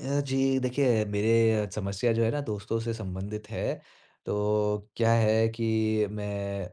जी, देखिए मेरे समस्या जो है ना दोस्तों से संबंधित है। तो क्या है कि मैं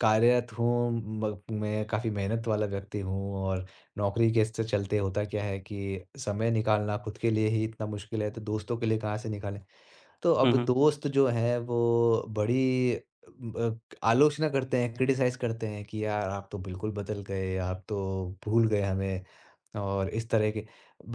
कार्यरत हूँ, म मैं काफ़ी मेहनत वाला व्यक्ति हूँ और नौकरी के स चलते होता क्या है कि समय निकालना खुद के लिए ही इतना मुश्किल है, तो दोस्तों के लिए कहाँ से निकालें? तो हुँ, अब हुँ। दोस्त जो हैं वो बड़ी ब आलोचना करते हैं, क्रिटिसाइज़ करते हैं कि यार आप तो बिल्कुल बदल गए, आप तो भूल गए हमें और इस तरह की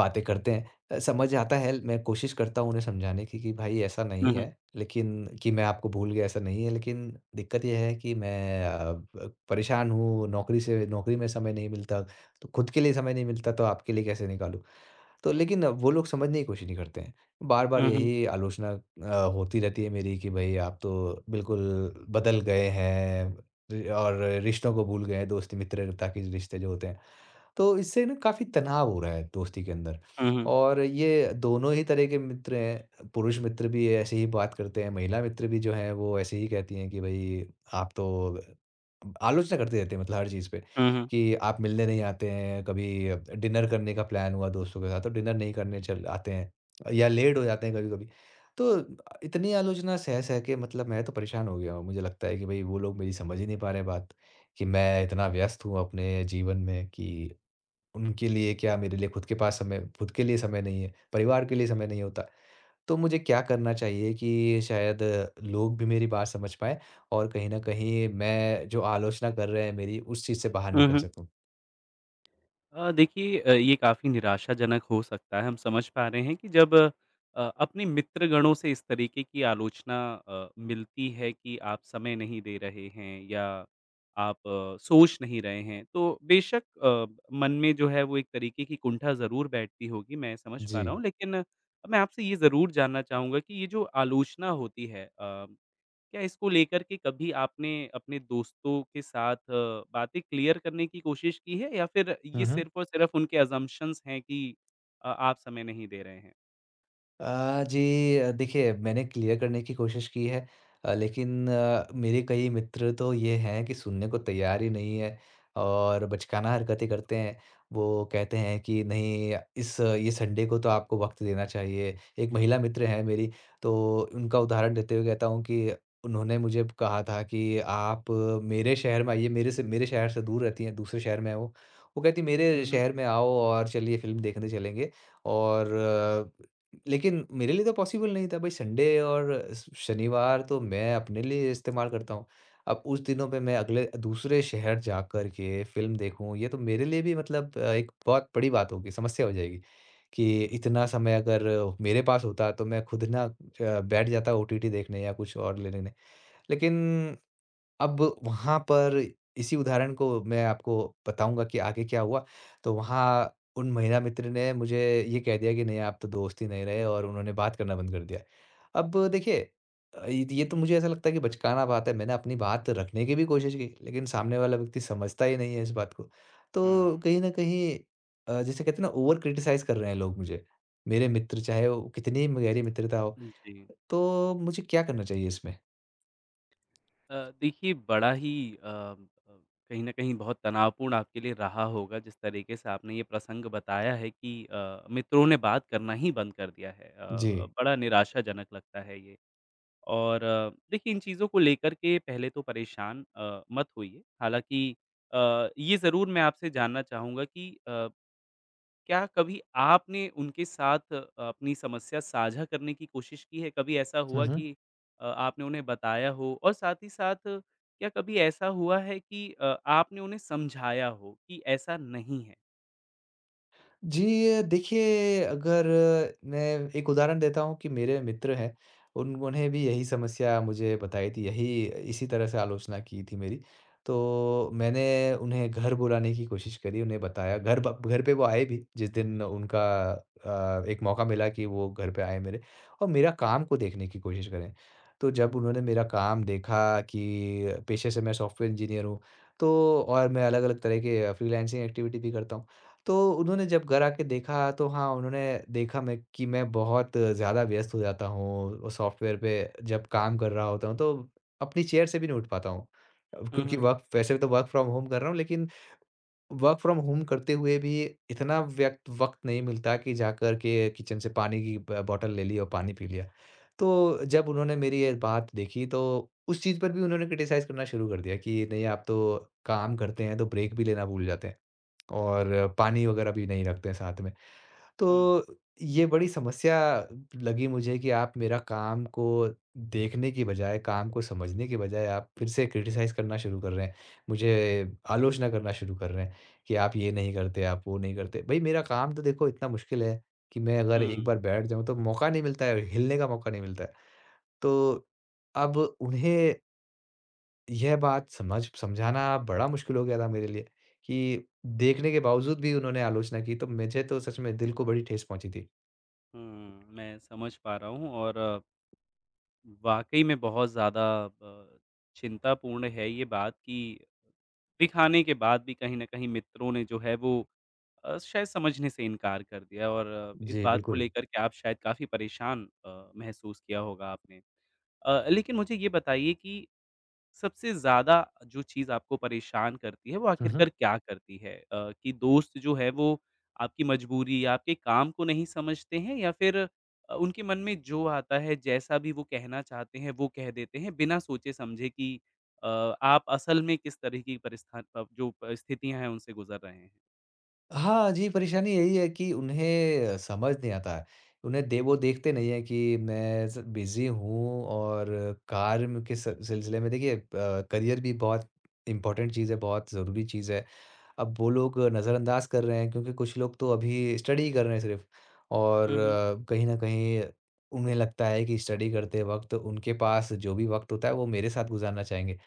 बातें करते हैं। समझ आता है, मैं कोशिश करता हूँ उन्हें समझाने की कि भाई ऐसा हुँ, नहीं हुँ। है, लेकिन कि मैं आपको भूल गया ऐसा नहीं है, लेकिन दिक्कत ये है कि मैं अ, ब परेशान हूँ, नौकरी से नौकरी में समय नहीं मिलता, तो खुद के लिए समय नहीं मिलता तो आपके लिए कैसे निकालूँ? तो लेकिन वो लोग समझने की कोशिश नहीं करते हैं। बार-बार हुँ, हुँ। यही आलोचना होती रहती है मेरी कि भई आप तो बिल्कुल बदल गए हैं रि और रिश्तों को भूल गए हैं, दोस्ती मित्रता के रिश्ते जो होते हैं। तो इससे ना काफ़ी तनाव हो रहा है दोस्ती के अंदर हुँ, हुँ। और ये दोनों ही तरह के मित्र हैं। पुरुष मित्र भी ऐसे ही बात करते हैं, महिला मित्र भी जो हैं वो ऐसे ही कहती हैं कि भाई आप तो आलोचना करते रहते हैं मतलब हर चीज़ पे हुँ, हुँ। कि आप मिलने नहीं आते हैं, कभी डिनर करने का प्लान हुआ दोस्तों के साथ तो डिनर नहीं करने चल आते हैं या लेट हो जाते हैं कभी कभी। तो इतनी आलोचना सह सह के मतलब मैं तो परेशान हो गया हूँ। मुझे लगता है कि भाई वो लोग मेरी समझ ही नहीं पा रहे बात कि मैं इतना व्यस्त हूँ अपने जीवन में कि उनके लिए क्या, मेरे लिए खुद के पास समय, खुद के लिए समय नहीं है, परिवार के लिए समय नहीं होता। तो मुझे क्या करना चाहिए कि शायद लोग भी मेरी बात समझ पाएँ और कहीं न कहीं मैं जो आलोचना कर रहे हैं मेरी, उस चीज़ से बाहर हुँ, निकल हुँ। सकूँ? देखिए ये काफ़ी निराशाजनक हो सकता है। हम समझ पा रहे हैं कि जब अपने मित्रगणों से इस तरीके की आलोचना मिलती है कि आप समय नहीं दे रहे हैं या आप सोच नहीं रहे हैं, तो बेशक मन में जो है वो एक तरीके की कुंठा ज़रूर बैठती होगी, मैं समझ पा जी। रहा हूँ। लेकिन मैं आपसे ये ज़रूर जानना चाहूँगा कि ये जो आलोचना होती है क्या इसको लेकर के कभी आपने अपने दोस्तों के साथ बातें क्लियर करने की कोशिश की है या फिर ये हुँ, हुँ। सिर्फ़ और सिर्फ़ उनके असम्पशन्स हैं कि आप समय नहीं दे रहे हैं? जी, देखिए मैंने क्लियर करने की कोशिश की है, लेकिन मेरे कई मित्र तो ये हैं कि सुनने को तैयार ही नहीं है और बचकाना हरकतें करते हैं। वो कहते हैं कि नहीं इस ये संडे को तो आपको वक़्त देना चाहिए। एक महिला मित्र हैं मेरी तो उनका उदाहरण देते हुए कहता हूँ कि उन्होंने मुझे कहा था कि आप मेरे शहर में आइए, मेरे से मेरे शहर से दूर रहती हैं, दूसरे शहर में हैं वो। वो कहती हुँ, मेरे हुँ। शहर में आओ और चलिए फ़िल्म देखने चलेंगे और लेकिन मेरे लिए तो पॉसिबल नहीं था भाई। संडे और शनिवार तो मैं अपने लिए इस्तेमाल करता हूँ, अब उस दिनों पे मैं अगले दूसरे शहर जा कर के फिल्म देखूं ये तो मेरे लिए भी मतलब एक बहुत बड़ी बात होगी, समस्या हो जाएगी कि जी। इतना समय अगर मेरे पास होता तो मैं खुद ना बैठ जाता ओटीटी देखने या कुछ और लेने। लेकिन अब वहाँ पर इसी उदाहरण को मैं आपको बताऊँगा कि आगे क्या हुआ। तो वहाँ उन महिला मित्र ने मुझे ये कह दिया कि नहीं आप तो दोस्त ही नहीं रहे, और जी। उन्होंने बात करना बंद कर दिया। अब देखिए ये तो मुझे ऐसा लगता है कि बचकाना बात है। मैंने अपनी बात रखने की भी कोशिश की, लेकिन सामने वाला व्यक्ति समझता ही नहीं है इस बात को। तो हुँ। कहीं न कहीं जिसे कहते हैं ना ओवर क्रिटिसाइज़ कर रहे हैं लोग मुझे। मेरे मित्र चाहे वो कितनी ही गहरी मित्रता हो। जी। तो मुझे क्या करना चाहिए इसमें? अ, देखिए बड़ा ही अ अ, कहीं न कहीं बहुत तनावपूर्ण आपके लिए रहा होगा जिस तरीके से आपने ये प्रसंग बताया है कि मित्रों ने बात करना ही बंद कर दिया है। जी। बड़ा निराशाजनक लगता है ये। और देखिए इन चीज़ों को लेकर के पहले तो परेशान मत होइए। हालाँकि ये ज़रूर मैं आपसे जानना चाहूँगा कि क्या कभी आपने उनके साथ अपनी समस्या साझा करने की कोशिश की है? कभी ऐसा हुँ, हुआ हुँ। कि आपने उन्हें बताया हो? और साथ ही साथ क्या कभी ऐसा हुआ है कि आपने उन्हें समझाया हो कि ऐसा नहीं है? जी, देखिए अगर मैं एक उदाहरण देता हूँ कि मेरे मित्र हैं, उन उन्हें भी यही समस्या मुझे बताई थी, यही इसी तरह से आलोचना की थी मेरी। तो मैंने उन्हें घर बुलाने की कोशिश करी, उन्हें बताया घर ब घर पे वो आए भी जिस दिन उनका एक मौका मिला कि वो घर पे आए मेरे और मेरा काम को देखने की कोशिश करें। तो जब उन्होंने मेरा काम देखा कि पेशे से मैं सॉफ्टवेयर इंजीनियर हूँ, तो और मैं अलग-अलग तरह के फ्रीलांसिंग एक्टिविटी भी करता हूँ। तो उन्होंने जब घर आके देखा तो हाँ, उन्होंने देखा मैं कि मैं बहुत ज़्यादा व्यस्त हो जाता हूँ सॉफ्टवेयर पे जब काम कर रहा होता हूँ, तो अपनी चेयर से भी नहीं उठ पाता हूँ। अब हुँ, क्योंकि हुँ। वर्क वैसे तो वर्क फ्रॉम होम कर रहा हूँ, लेकिन वर्क फ्रॉम होम करते हुए भी इतना व्यक्त वक़्त नहीं मिलता कि जाकर के किचन से पानी की ब बॉटल ले ली और पानी पी लिया। तो जब उन्होंने मेरी ये बात देखी तो उस चीज़ पर भी उन्होंने क्रिटिसाइज़ करना शुरू कर दिया कि नहीं आप तो काम करते हैं, तो ब्रेक भी लेना भूल जाते हैं। और पानी वगैरह भी नहीं रखते हैं साथ में। हुँ, तो ये बड़ी समस्या लगी मुझे कि आप मेरा काम को देखने की बजाय, काम को समझने की बजाय आप फिर से क्रिटिसाइज़ करना शुरू कर रहे हैं। मुझे आलोचना करना शुरू कर रहे हैं कि आप ये नहीं करते, आप वो नहीं करते। भई मेरा काम तो देखो इतना मुश्किल है कि मैं अगर एक हुँ, बार बैठ जाऊँ तो मौका नहीं मिलता है, हिलने का मौका नहीं मिलता है। तो अब उन्हें यह बात समझाना बड़ा मुश्किल हो गया था मेरे लिए कि देखने के बावजूद भी उन्होंने आलोचना की, तो मुझे तो सच में दिल को बड़ी ठेस पहुँची थी। हुँ। मैं समझ पा रहा हूँ और वाक़ई में बहुत ज़्यादा ब चिंतापूर्ण है ये बात कि दिखाने के बाद भी कहीं न कहीं मित्रों ने जो है वो शायद समझने से इनकार कर दिया और इस जी, बात को बिल्कुल। लेकर के आप शायद काफ़ी परेशान महसूस किया होगा आपने। लेकिन मुझे ये बताइए कि सबसे ज़्यादा जो चीज़ आपको परेशान करती है, वो हुँ, आखिरकार हुँ। क्या करती है? कि दोस्त जो है वो आपकी मजबूरी या आपके काम को नहीं समझते हैं या फिर उनके मन में जो आता है, जैसा भी वो कहना चाहते हैं, वो कह देते हैं बिना सोचे-समझे कि आप असल में किस तरह की जो परिस्थितियाँ हैं, उनसे गुज़र रहे हैं? हाँ जी, परेशानी यही है कि उन्हें समझ नहीं आता है। उन्हें दे वो देखते नहीं हैं कि मैं स बिज़ी हूँ और कार्य के स सिलसिले में देखिए करियर भी बहुत इम्पोर्टेंट चीज़ है, बहुत ज़रूरी चीज़ है। अब वो लोग नज़रअंदाज कर रहे हैं क्योंकि कुछ लोग तो अभी स्टडी कर रहे हैं सिर्फ़, और हुँ, हुँ। कहीं न कहीं उन्हें लगता है कि स्टडी करते वक़्त उनके पास जो भी वक़्त होता है वो मेरे साथ गुज़ारना चाहेंगे।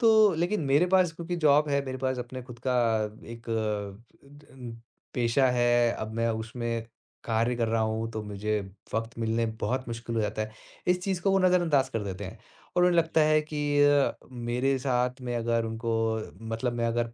तो लेकिन मेरे पास क्योंकि जॉब है, मेरे पास अपने खुद का एक अम, पेशा है, अब मैं उसमें कार्य कर रहा हूँ, तो मुझे वक़्त मिलने बहुत मुश्किल हो जाता है। इस चीज़ को वो नज़रअंदाज कर देते हैं और उन्हें लगता जी, है कि मेरे साथ में अगर उनको मतलब मैं अगर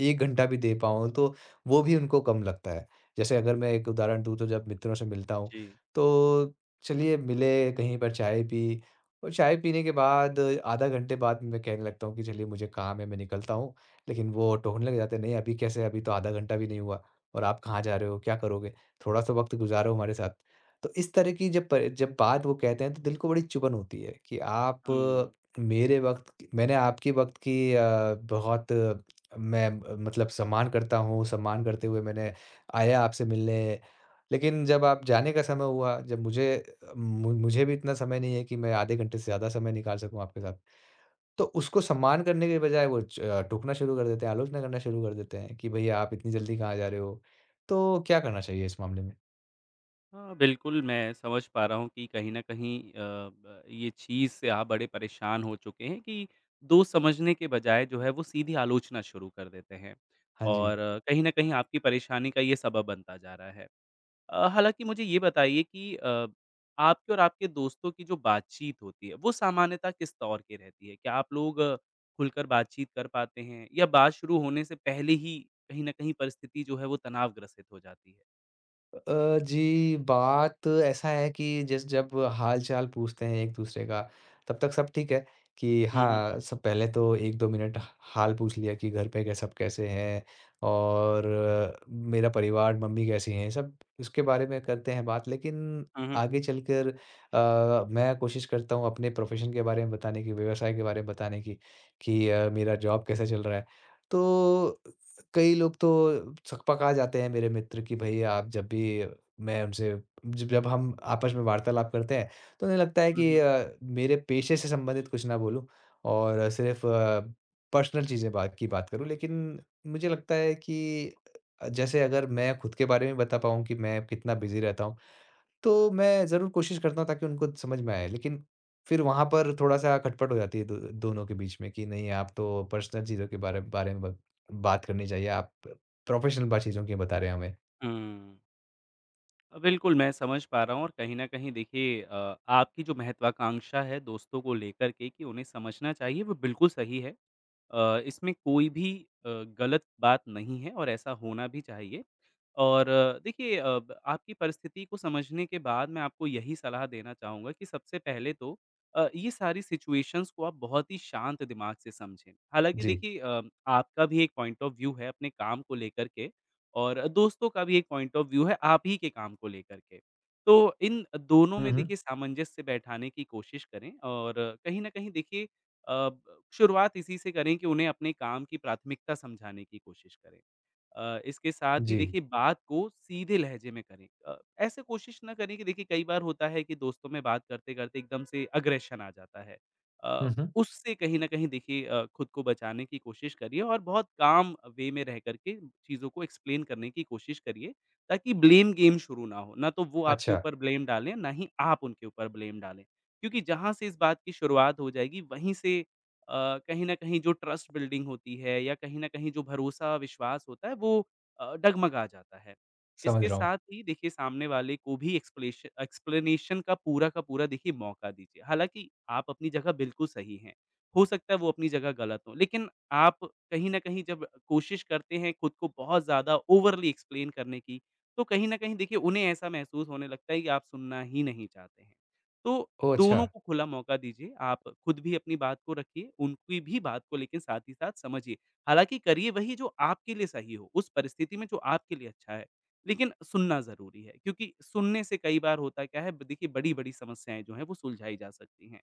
1 घंटा भी दे पाऊँ, तो वो भी उनको कम लगता है। जैसे अगर मैं एक उदाहरण दूँ, तो जब मित्रों से मिलता हूँ, जी। तो चलिए मिले, कहीं पर चाय पी और चाय पीने के बाद आधा घंटे बाद मैं कहने लगता हूँ कि चलिए मुझे काम है मैं निकलता हूँ। लेकिन वो टोकने लग जाते हैं, नहीं अभी कैसे, अभी तो आधा घंटा भी नहीं हुआ और आप कहाँ जा रहे हो? क्या करोगे? थोड़ा सा वक़्त गुज़ारो हमारे साथ। तो इस तरह की जब बात वो कहते हैं तो दिल को बड़ी चुभन होती है कि आप हुँ। अ, मेरे वक़्त क मैंने आपके वक़्त की अ, बहुत अ, मैं अ, मतलब सम्मान करता हूँ, सम्मान करते हुए मैंने आया आपसे मिलने, लेकिन जब आप जाने का समय हुआ, जब मुझे अ, मु मुझे भी इतना समय नहीं है कि मैं आधे घंटे से ज़्यादा समय निकाल सकूँ आपके साथ। तो उसको सम्मान करने के बजाय वो टोकना शुरू कर देते हैं, आलोचना करना शुरू कर देते हैं कि भैया आप इतनी जल्दी कहाँ जा रहे हो? तो क्या करना चाहिए इस मामले में? हाँ, बिल्कुल, मैं समझ पा रहा हूँ कि कहीं न कहीं अ, ब ये चीज़ से आप बड़े परेशान हो चुके हैं कि दोस्त समझने के बजाय जो है, वो सीधी आलोचना शुरू कर देते हैं हाँ जी। और कहीं न कहीं आपकी परेशानी का ये सबब बनता जा रहा है। हालाँकि मुझे ये बताइए कि आपके और आपके दोस्तों की जो बातचीत होती है, वो सामान्यतः किस दौर की रहती है? क्या आप लोग खुलकर बातचीत कर पाते हैं या बात शुरू होने से पहले ही कहीं न कहीं परिस्थिति जो है, वो तनावग्रसित हो जाती है? जी, बात ऐसा है कि जिस जब हाल-चाल पूछते हैं एक-दूसरे का, तब तक सब ठीक है कि हुँ, हुँ। हाँ, सब पहले तो 1-2 मिनट ह हाल पूछ लिया कि घर पे कै सब कैसे हैं और मेरा परिवार, मम्मी कैसी हैं, सब उसके बारे में करते हैं बात। लेकिन हुँ, हुँ। आगे चलकर मैं कोशिश करता हूँ अपने प्रोफ़ेशन के बारे में बताने की, व्यवसाय के बारे में बताने की कि मेरा जॉब कैसा चल रहा है। तो कई लोग तो छकपका जाते हैं मेरे मित्र कि भई आप जब भी मैं उनसे ज जब हम आपस में वार्तालाप करते हैं, तो उन्हें लगता है हुँ, कि हुँ। मेरे पेशे से संबंधित कुछ ना बोलूँ और सिर्फ़ पर्सनल चीज़ें बात की बात करूँ। लेकिन मुझे लगता है कि जैसे अगर मैं खुद के बारे में बता पाऊँ कि मैं कितना बिज़ी रहता हूँ। तो मैं ज़रूर कोशिश करता हूँ ताकि उनको समझ में आए, लेकिन फिर वहाँ पर थोड़ा-सा खटपट हो जाती है दो दोनों के बीच में कि नहीं आप तो पर्सनल चीज़ों के बारे बारे में ब बात करनी चाहिए, आप प्रोफ़ेशनल बा चीज़ों की बता रहे हैं हमें। हुँ। बिल्कुल, मैं समझ पा रहा हूँ और कहीं न कहीं देखिए आपकी जो महत्वाकांक्षा है दोस्तों को लेकर के कि उन्हें समझना चाहिए, वो बिल्कुल सही है। इसमें कोई भी अ, गलत बात नहीं है और ऐसा होना भी चाहिए। और देखिए अ, ब आपकी परिस्थिति को समझने के बाद मैं आपको यही सलाह देना चाहूँगा कि सबसे पहले तो ये सारी सिचुएशंस को आप बहुत ही शांत दिमाग से समझें। हालाँकि जी। देखिए आपका भी एक पॉइंट ऑफ व्यू है अपने काम को लेकर के और दोस्तों का भी एक पॉइंट ऑफ व्यू है आप ही के काम को लेकर के। तो इन दोनों हुँ, में हुँ। देखिए सामंजस्य बैठाने की कोशिश करें और कहीं न कहीं देखिए अ, ब शुरुआत इसी से करें कि उन्हें अपने काम की प्राथमिकता समझाने की कोशिश करें। इसके साथ ही जी। देखिए बात को सीधे लहजे में करें। ऐसे कोशिश ना करें कि देखिए कई बार होता है कि दोस्तों में बात करते-करते एकदम से अग्रेशन आ जाता है। अ, हुँ, हुँ। उससे कहीं न कहीं देखिए खुद को बचाने की कोशिश करिए और बहुत काम वे में रह कर के चीज़ों को एक्सप्लेन करने की कोशिश करिए, ताकि ब्लेम गेम शुरू ना हो। ना तो वो आपके अच्छा, ऊपर ब्लेम डालें, ना ही आप उनके ऊपर ब्लेम डालें। क्योंकि जहाँ से इस बात की शुरुआत हो जाएगी वहीं से कहीं न कहीं जो ट्रस्ट बिल्डिंग होती है या कहीं न कहीं जो भरोसा, विश्वास होता है वो डगमगा जाता है। समझ इसके रहा हूँ। साथ ही देखिए सामने वाले को भी एक्सप्लेश एक्सप्लेनेशन का पूरा देखिए मौका दीजिए। हालाँकि आप अपनी जगह बिल्कुल सही हैं, हो सकता है वो अपनी जगह गलत हों, लेकिन आप कहीं न कहीं जब कोशिश करते हैं खुद को बहुत ज़्यादा ओवरली एक्सप्लेन करने की, तो कहीं न कहीं देखिए उन्हें ऐसा महसूस होने लगता है कि आप सुनना ही नहीं चाहते हैं। तो ओह अच्छा! दोनों को खुला मौका दीजिए। आप खुद भी अपनी बात को रखिए, उनकी भी बात को लेकिन साथ ही साथ समझिए। हालाँकि करिए वही जो आपके लिए सही हो, उस परिस्थिति में जो आपके लिए अच्छा है। लेकिन सुनना ज़रूरी है क्योंकि सुनने से कई बार होता क्या है ब देखिए बड़ी-बड़ी समस्याएँ जो हैं वो सुलझाई जा सकती हैं।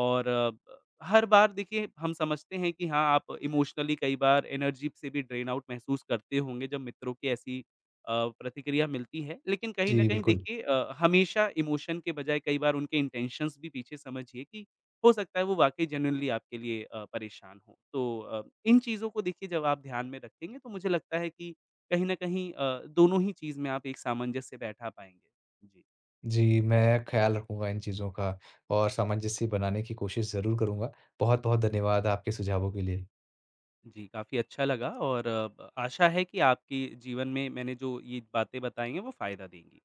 और हर बार देखिए हम समझते हैं कि हाँ, आप इमोशनली कई बार एनर्जी से भी ड्रेन आउट महसूस करते होंगे जब मित्रों की ऐसी अ, प्रतिक्रिया मिलती है। लेकिन कहीं न जी, कहीं बिल्कुल। देखिए हमेशा इमोशन के बजाय कई बार उनके इंटेंशंस भी पीछे समझिए कि हो सकता है वो वाक़ई जेन्युइनली आपके लिए परेशान हों। तो इन चीज़ों को देखिए जब आप ध्यान में रखेंगे तो मुझे लगता है कि कहीं न कहीं दोनों ही चीज़ में आप एक सामंजस्य बैठा पाएँगे। जी। जी, मैं ख़्याल रखूँगा इन चीज़ों का और सामंजस्य बनाने की कोशिश ज़रूर करूँगा। बहुत-बहुत धन्यवाद आपके सुझावों के लिए। जी, काफ़ी अच्छा लगा और आशा है कि आपके जीवन में मैंने जो ये बातें बताई हैं वो फ़ायदा देंगी।